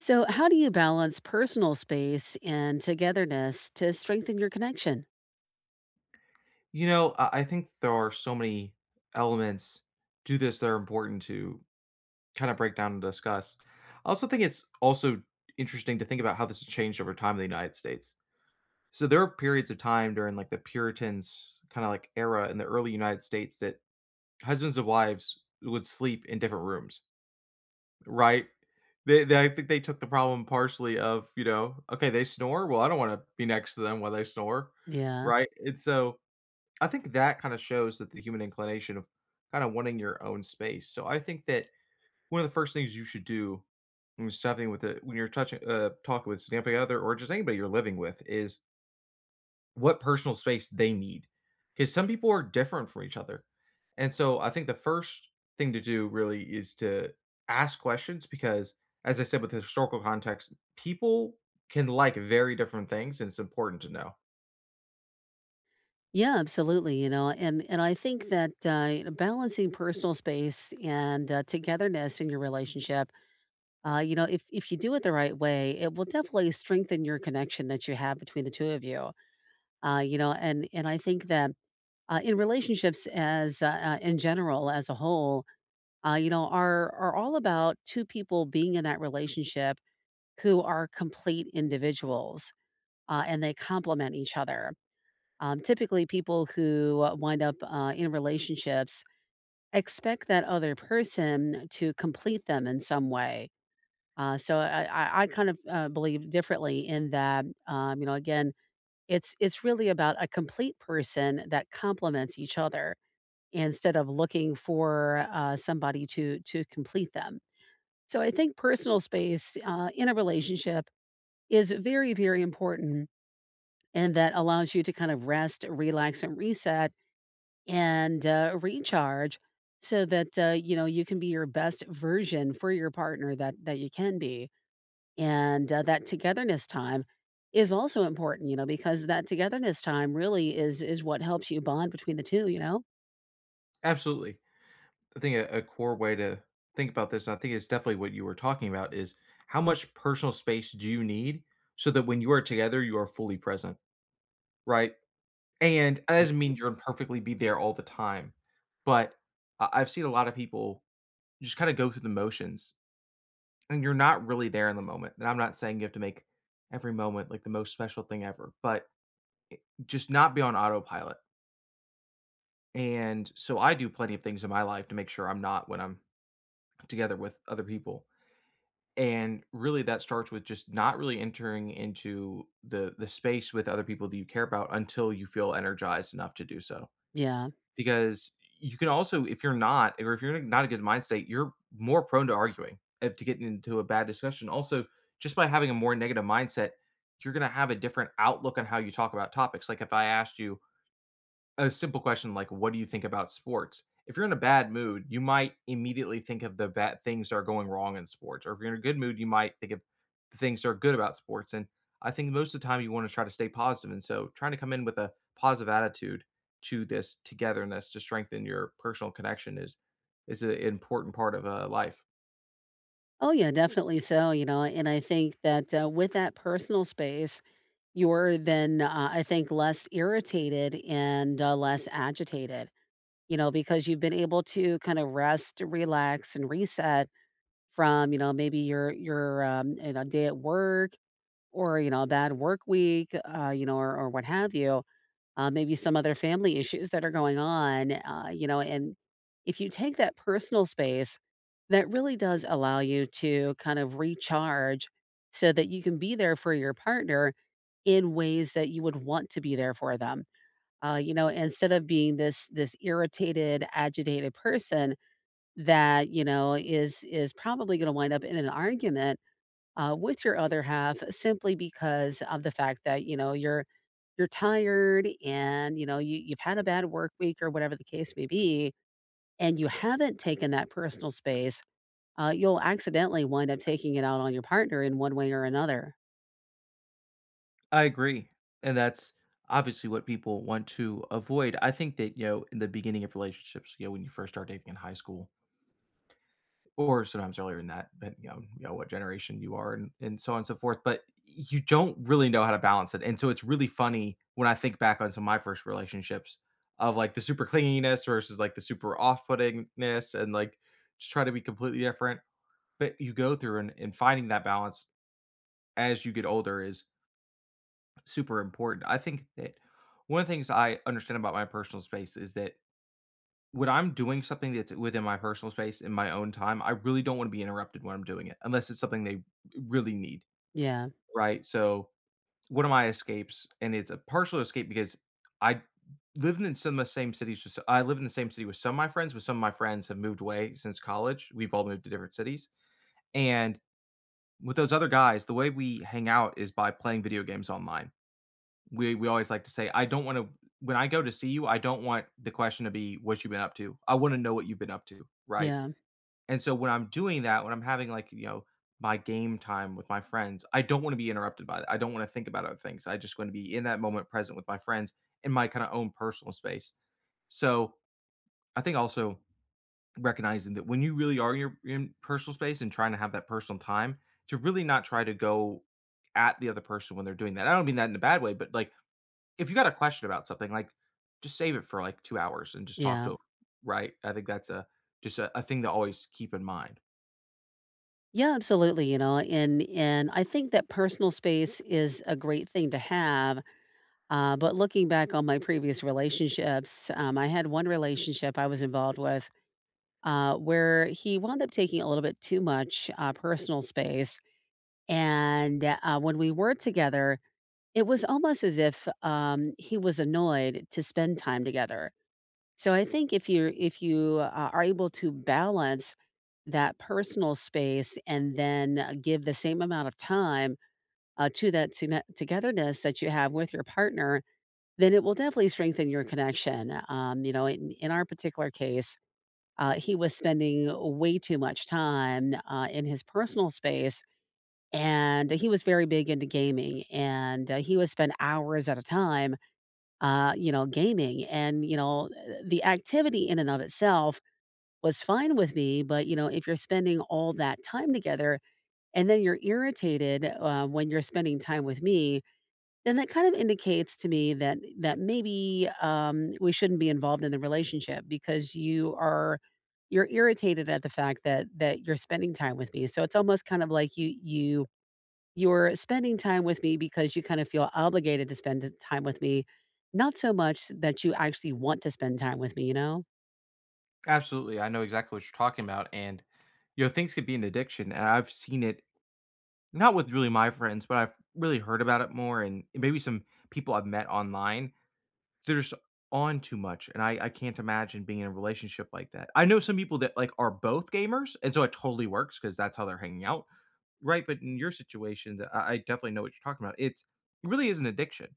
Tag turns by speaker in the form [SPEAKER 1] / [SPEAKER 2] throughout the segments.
[SPEAKER 1] So, how do you balance personal space and togetherness to strengthen your connection?
[SPEAKER 2] I think there are so many elements to this that are important to kind of break down and discuss. I also think it's also interesting to think about how this has changed over time in the United States. So there are periods of time during like the Puritans kind of like era in the early United States that husbands and wives would sleep in different rooms, right? They, I think they took the problem partially of, you know, okay, they snore. Well, I don't want to be next to them while they snore,
[SPEAKER 1] Yeah.
[SPEAKER 2] right? And so I think that kind of shows that the human inclination of kind of wanting your own space. So I think that one of the first things you should do when you're something with a, when you're talking with significant other or just anybody you're living with, is what personal space they need, because some people are different from each other, and so I think the first thing to do really is to ask questions because, as I said, with the historical context, people can like very different things, and it's important to know.
[SPEAKER 1] Yeah, absolutely. And I think that balancing personal space and togetherness in your relationship, if you do it the right way, it will definitely strengthen your connection that you have between the two of you. You know, and I think that in relationships as in general as a whole, are all about two people being in that relationship who are complete individuals, and they complement each other. Typically, people who wind up in relationships expect that other person to complete them in some way. So I kind of believe differently in that. Again, it's really about a complete person that complements each other instead of looking for somebody to complete them. So I think personal space in a relationship is very very important, and that allows you to kind of rest, relax, and reset and recharge so that you can be your best version for your partner that you can be. And, that togetherness time is also important, you know, because that togetherness time really is what helps you bond between the 2, you know?
[SPEAKER 2] Absolutely. I think a core way to think about this, I think it's definitely what you were talking about, is how much personal space do you need so that when you are together, you are fully present, right? And that doesn't
[SPEAKER 1] Mm.
[SPEAKER 2] mean you're gonna perfectly be there all the time, but I've seen a lot of people just kind of go through the motions and you're not really there in the moment. And I'm not saying you have to make every moment like the most special thing ever, but just not be on autopilot. And so I do plenty of things in my life to make sure I'm not when I'm together with other people. And really that starts with just not really entering into the space with other people that you care about until you feel energized enough to do so.
[SPEAKER 1] Yeah.
[SPEAKER 2] Because you can also if you're not or if you're in not a good mind state, you're more prone to arguing and to getting into a bad discussion. Also, just by having a more negative mindset, you're going to have a different outlook on how you talk about topics. Like if I asked you, a simple question like, "What do you think about sports?" If you're in a bad mood, you might immediately think of the bad things that are going wrong in sports. Or if you're in a good mood, you might think of the things that are good about sports. And I think most of the time you want to try to stay positive. And so trying to come in with a positive attitude to this togetherness to strengthen your personal connection is an important part of life.
[SPEAKER 1] Oh, yeah, definitely. So, you know, and I think that, with that personal space you're then, I think, less irritated and, less agitated, you know, because you've been able to kind of rest, relax, and reset from, you know, maybe your day at work or, you know, a bad work week, or what have you, maybe some other family issues that are going on, and if you take that personal space, that really does allow you to kind of recharge so that you can be there for your partner in ways that you would want to be there for them. Instead of being this irritated, agitated person that you know is probably going to wind up in an argument with your other half simply because of the fact that you know you're tired and, you know, you you've had a bad work week or whatever the case may be, and you haven't taken that personal space, you'll accidentally wind up taking it out on your partner in one way or another.
[SPEAKER 2] I agree. And that's obviously what people want to avoid. I think that, you know, in the beginning of relationships, you know, when you first start dating in high school, or sometimes earlier than that, depending on, you know, what generation you are and so on and so forth, but you don't really know how to balance it, and so it's really funny when I think back on some of my first relationships of, like, the super clinginess versus, like, the super off-puttingness and, like, just try to be completely different, but you go through and finding that balance as you get older is super important. I think that one of the things I understand about my personal space is that when I'm doing something that's within my personal space in my own time, I really don't wanna be interrupted when I'm doing it, unless it's something they really need,
[SPEAKER 1] Yeah.
[SPEAKER 2] right? So, one of my escapes and it's a partial escape because I lived in some of the same cities with s I live in the same city with some of my friends, but some of my friends have moved away since college. We've all moved to different cities, and with those other guys, the way we hang out is by playing video games online. We always like to say, "I don't wanna when I go to see you, I don't want the question to be what you have been up to?' I wanna know what you've been up to," right?
[SPEAKER 1] Yeah.
[SPEAKER 2] And so when I'm doing that, when I'm having like, you know, my game time with my friends, I don't want to be interrupted by that. I don't want to think about other things. I just want to be in that moment present with my friends in my kind of own personal space. So I think also recognizing that when you really are in your in personal space and trying to have that personal time, to really not try to go at the other person when they're doing that. I don't mean that in a bad way, but like if you got a question about something, like just save it for like 2 hours and just talk
[SPEAKER 1] Yeah.
[SPEAKER 2] to 'em, right? I think that's a just a thing to always keep in mind.
[SPEAKER 1] Yeah, absolutely, you know, and I think that personal space is a great thing to have, but looking back on my previous relationships, I had one relationship I was involved with where he wound up taking a little bit too much personal space. And, when we were together, it was almost as if, he was annoyed to spend time together. So I think if you are able to balance that personal space and then give the same amount of time, to that tone togetherness that you have with your partner, then it will definitely strengthen your connection. You know, in our particular case, he was spending way too much time, in his personal space, and he was very big into gaming, and, he would spend hours at a time, you know, gaming, and, you know, the activity in and of itself was fine with me, but, you know, if you're spending all that time together and then you're irritated, when you're spending time with me, then that kind of indicates to me that maybe, we shouldn't be involved in the relationship because you are, you're irritated at the fact that you're spending time with me, so it's almost kind of like you're spending time with me because you kind of feel obligated to spend time with me, not so much that you actually want to spend time with me, you know?
[SPEAKER 2] Absolutely, I know exactly what you're talking about, and, you know, things could be an addiction, and I've seen it not with really my friends, but I've really heard about it more and maybe some people I've met online. They're just on too much, and I can't imagine being in a relationship like that. I know some people that, like, are both gamers, and so it totally works because that's how they're hanging out, right? But in your situation, I definitely know what you're talking about. It's it really is an addiction,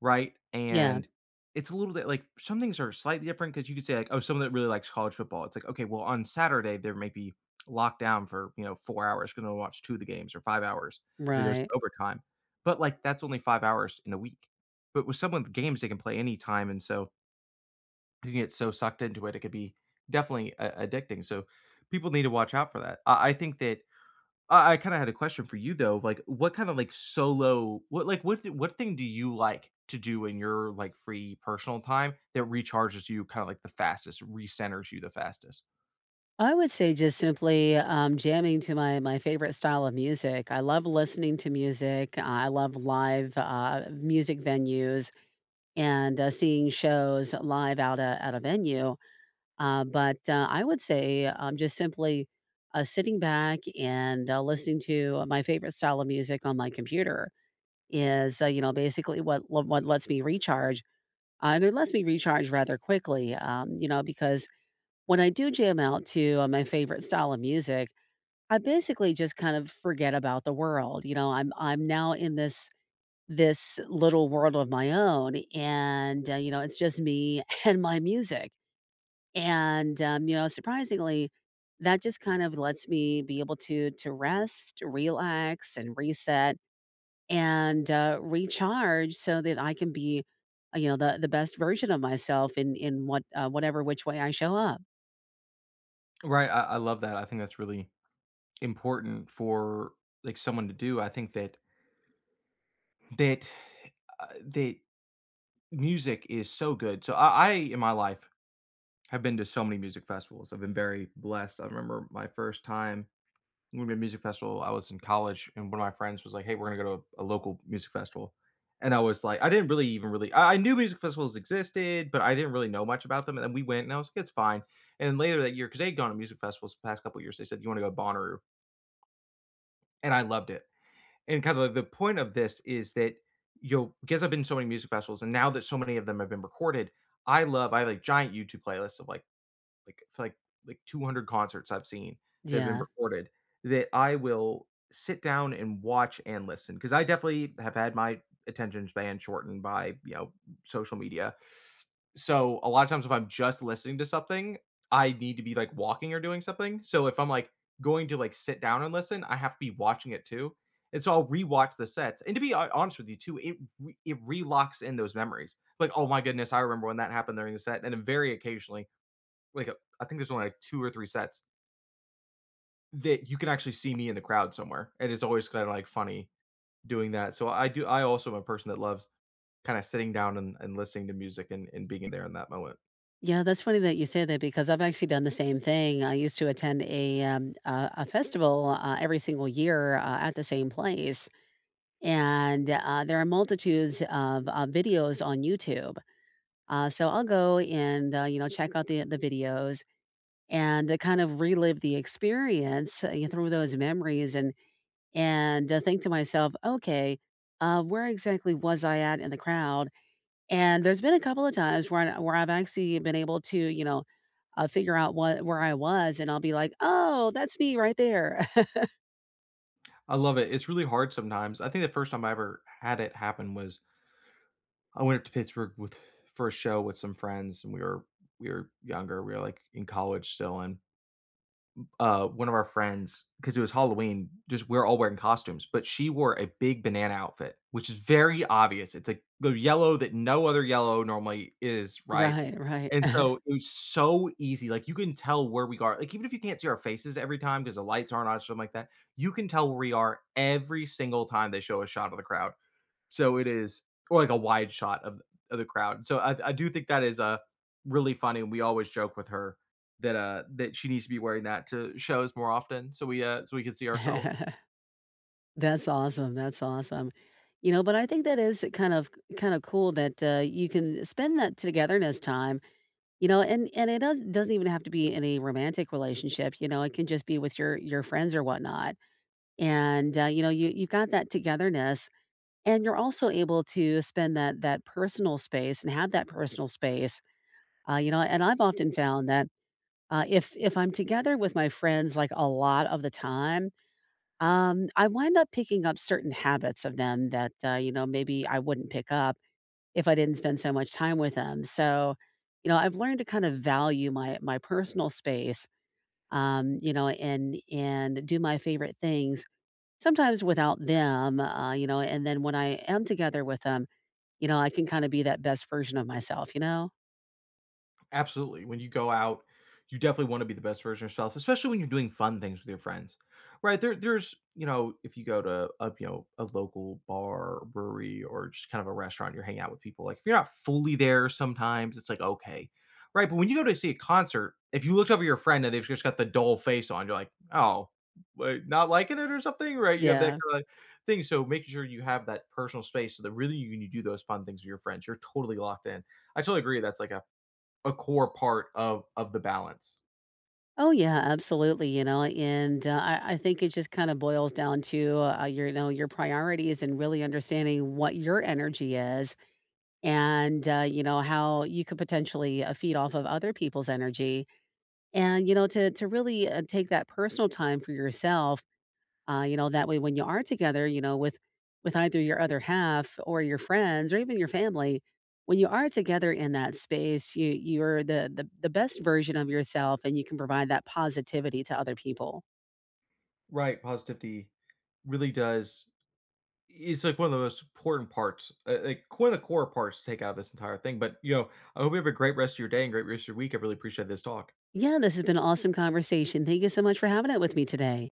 [SPEAKER 2] right?
[SPEAKER 1] Yeah,
[SPEAKER 2] And it's a little bit like some things are slightly different because you could say like, oh, someone that really likes college football. It's like, okay, well, on Saturday there may be locked down for you know 4 hours going to watch two of the games or 5 hours if it goes to
[SPEAKER 1] right.
[SPEAKER 2] overtime. But like that's only 5 hours in a week. But with some of the games they can play anytime, and so you can get so sucked into it, it could be definitely addicting. So people need to watch out for that. I think that I kinda had a question for you though, like, what kind of, like, solo what, like, what thing do you like to do in your, like, free personal time that recharges you kinda, like, the fastest, recenters you the fastest?
[SPEAKER 1] I would say just simply, jamming to my favorite style of music. I love listening to music. I love live, music venues and, seeing shows live out a at a venue, I would say, just simply, sitting back and, listening to my favorite style of music on my computer. You know, basically what lets me recharge, and it lets me recharge rather quickly, you know, because when I do jam out to, my favorite style of music, I basically just kind of forget about the world, you know, I'm now in this this little world of my own, and, you know, it's just me and my music, and, you know, surprisingly, that just kind of lets me be able to rest, relax, and reset and recharge so that I can be, you know, the best version of myself in what whatever which way I show up.
[SPEAKER 2] Right, I love that, I think that's really important for, like, someone to do, I think that that, that music is so good, so I in my life I've been to so many music festivals. I've been very blessed. I remember my first time going to a music festival. I was in college, and one of my friends was like, "Hey, we're gonna go to a local music festival," and I was like, I didn't really even really. I knew music festivals existed, but I didn't really know much about them. And then we went, and I was like, "It's fine." And then later that year, because they'd gone to music festivals the past couple of years, they said, "You want to go to Bonnaroo?" And I loved it. And kind of like the point of this is that you'll because I've been to so many music festivals, and now that so many of them have been recorded, I love I have like giant YouTube playlists of like for like like 200 concerts I've seen that have been
[SPEAKER 1] Yeah.
[SPEAKER 2] recorded that I will sit down and watch and listen because I definitely have had my attention span shortened by you know social media. So a lot of times if I'm just listening to something, I need to be like walking or doing something. So if I'm like going to like sit down and listen, I have to be watching it too. And so I'll rewatch the sets. And to be honest with you too, it relocks in those memories. Like, oh my goodness, I remember when that happened during the set. And then very occasionally like a, I think there's only like two or three sets that you can actually see me in the crowd somewhere, and it's always kind of like funny doing that. So I do. I also am a person that loves kind of sitting down and listening to music and being there in that moment.
[SPEAKER 1] Yeah, that's funny that you say that because I've actually done the same thing. I used to attend a festival every single year at the same place, and there are multitudes of videos on YouTube. So I'll go and check out the videos and kind of relive the experience through those memories and and think to myself, okay, where exactly was I at in the crowd? And there's been a couple of times where I've actually been able to, you know, figure out what where I was, and I'll be like, oh, that's me right there.
[SPEAKER 2] I love it. It's really hard sometimes. I think the first time I ever had it happen was I went up to Pittsburgh with for a show with some friends, and we were younger. We were like in college still, and one of our friends, because it was Halloween, just we are all wearing costumes, but she wore a big banana outfit, which is very obvious. It's a the yellow that no other yellow normally is, right?
[SPEAKER 1] Right, right.
[SPEAKER 2] And so it was so easy. Like you can tell where we are. Like even if you can't see our faces every time because the lights aren't on, or something like that, you can tell where we are every single time they show a shot of the crowd. So it is or like a wide shot of the crowd. So I do think that is really funny, and we always joke with her that, that she needs to be wearing that to shows more often so we can see ourselves.
[SPEAKER 1] That's awesome. That's awesome. You know, but I think that is kind of cool that you can spend that togetherness time. You know, and it doesn't even have to be in a romantic relationship. You know, it can just be with your friends or whatnot. And, you know, you you've got that togetherness, and you're also able to spend that that personal space and have that personal space, you know, and I've often found that, if I'm together with my friends, like, a lot of the time, I wind up picking up certain habits of them that, you know, maybe I wouldn't pick up if I didn't spend so much time with them, so, you know, I've learned to kind of value my personal space, you know, and do my favorite things, sometimes without them, you know, and then when I am together with them, you know, I can kinda be that best version of myself, you know?
[SPEAKER 2] Absolutely. When you go out, you definitely want to be the best version of yourself, especially when you're doing fun things with your friends, right? There's, you know, if you go to a, you know, a local bar or brewery or just kind of a restaurant, you're hanging out with people. Like if you're not fully there, sometimes it's like okay, right? But when you go to see a concert, if you looked over your friend and they've just got the dull face on, you're like, oh, wait, not liking it or something, right? You have that
[SPEAKER 1] Yeah.
[SPEAKER 2] kind of thing. So making sure you have that personal space so that really you can do those fun things with your friends. You're totally locked in. I totally agree. That's like a core part of the balance.
[SPEAKER 1] Oh, yeah, absolutely, you know, and, I think it just kinda boils down to, your you know, your priorities and really understanding what your energy is and, you know, how you could potentially, feed off of other people's energy and, you know, to really take that personal time for yourself. You know, that way when you are together, you know, with either your other half or your friends or even your family, when you are together in that space, you you're the best version of yourself and you can provide that positivity to other people.
[SPEAKER 2] Right, positivity. Really does. It's like one of the most important parts, like one of the core parts to take out of this entire thing. But you know, I hope you have a great rest of your day and great rest of your week. I really appreciate this talk.
[SPEAKER 1] Yeah, this has been an awesome conversation. Thank you so much for having it with me today.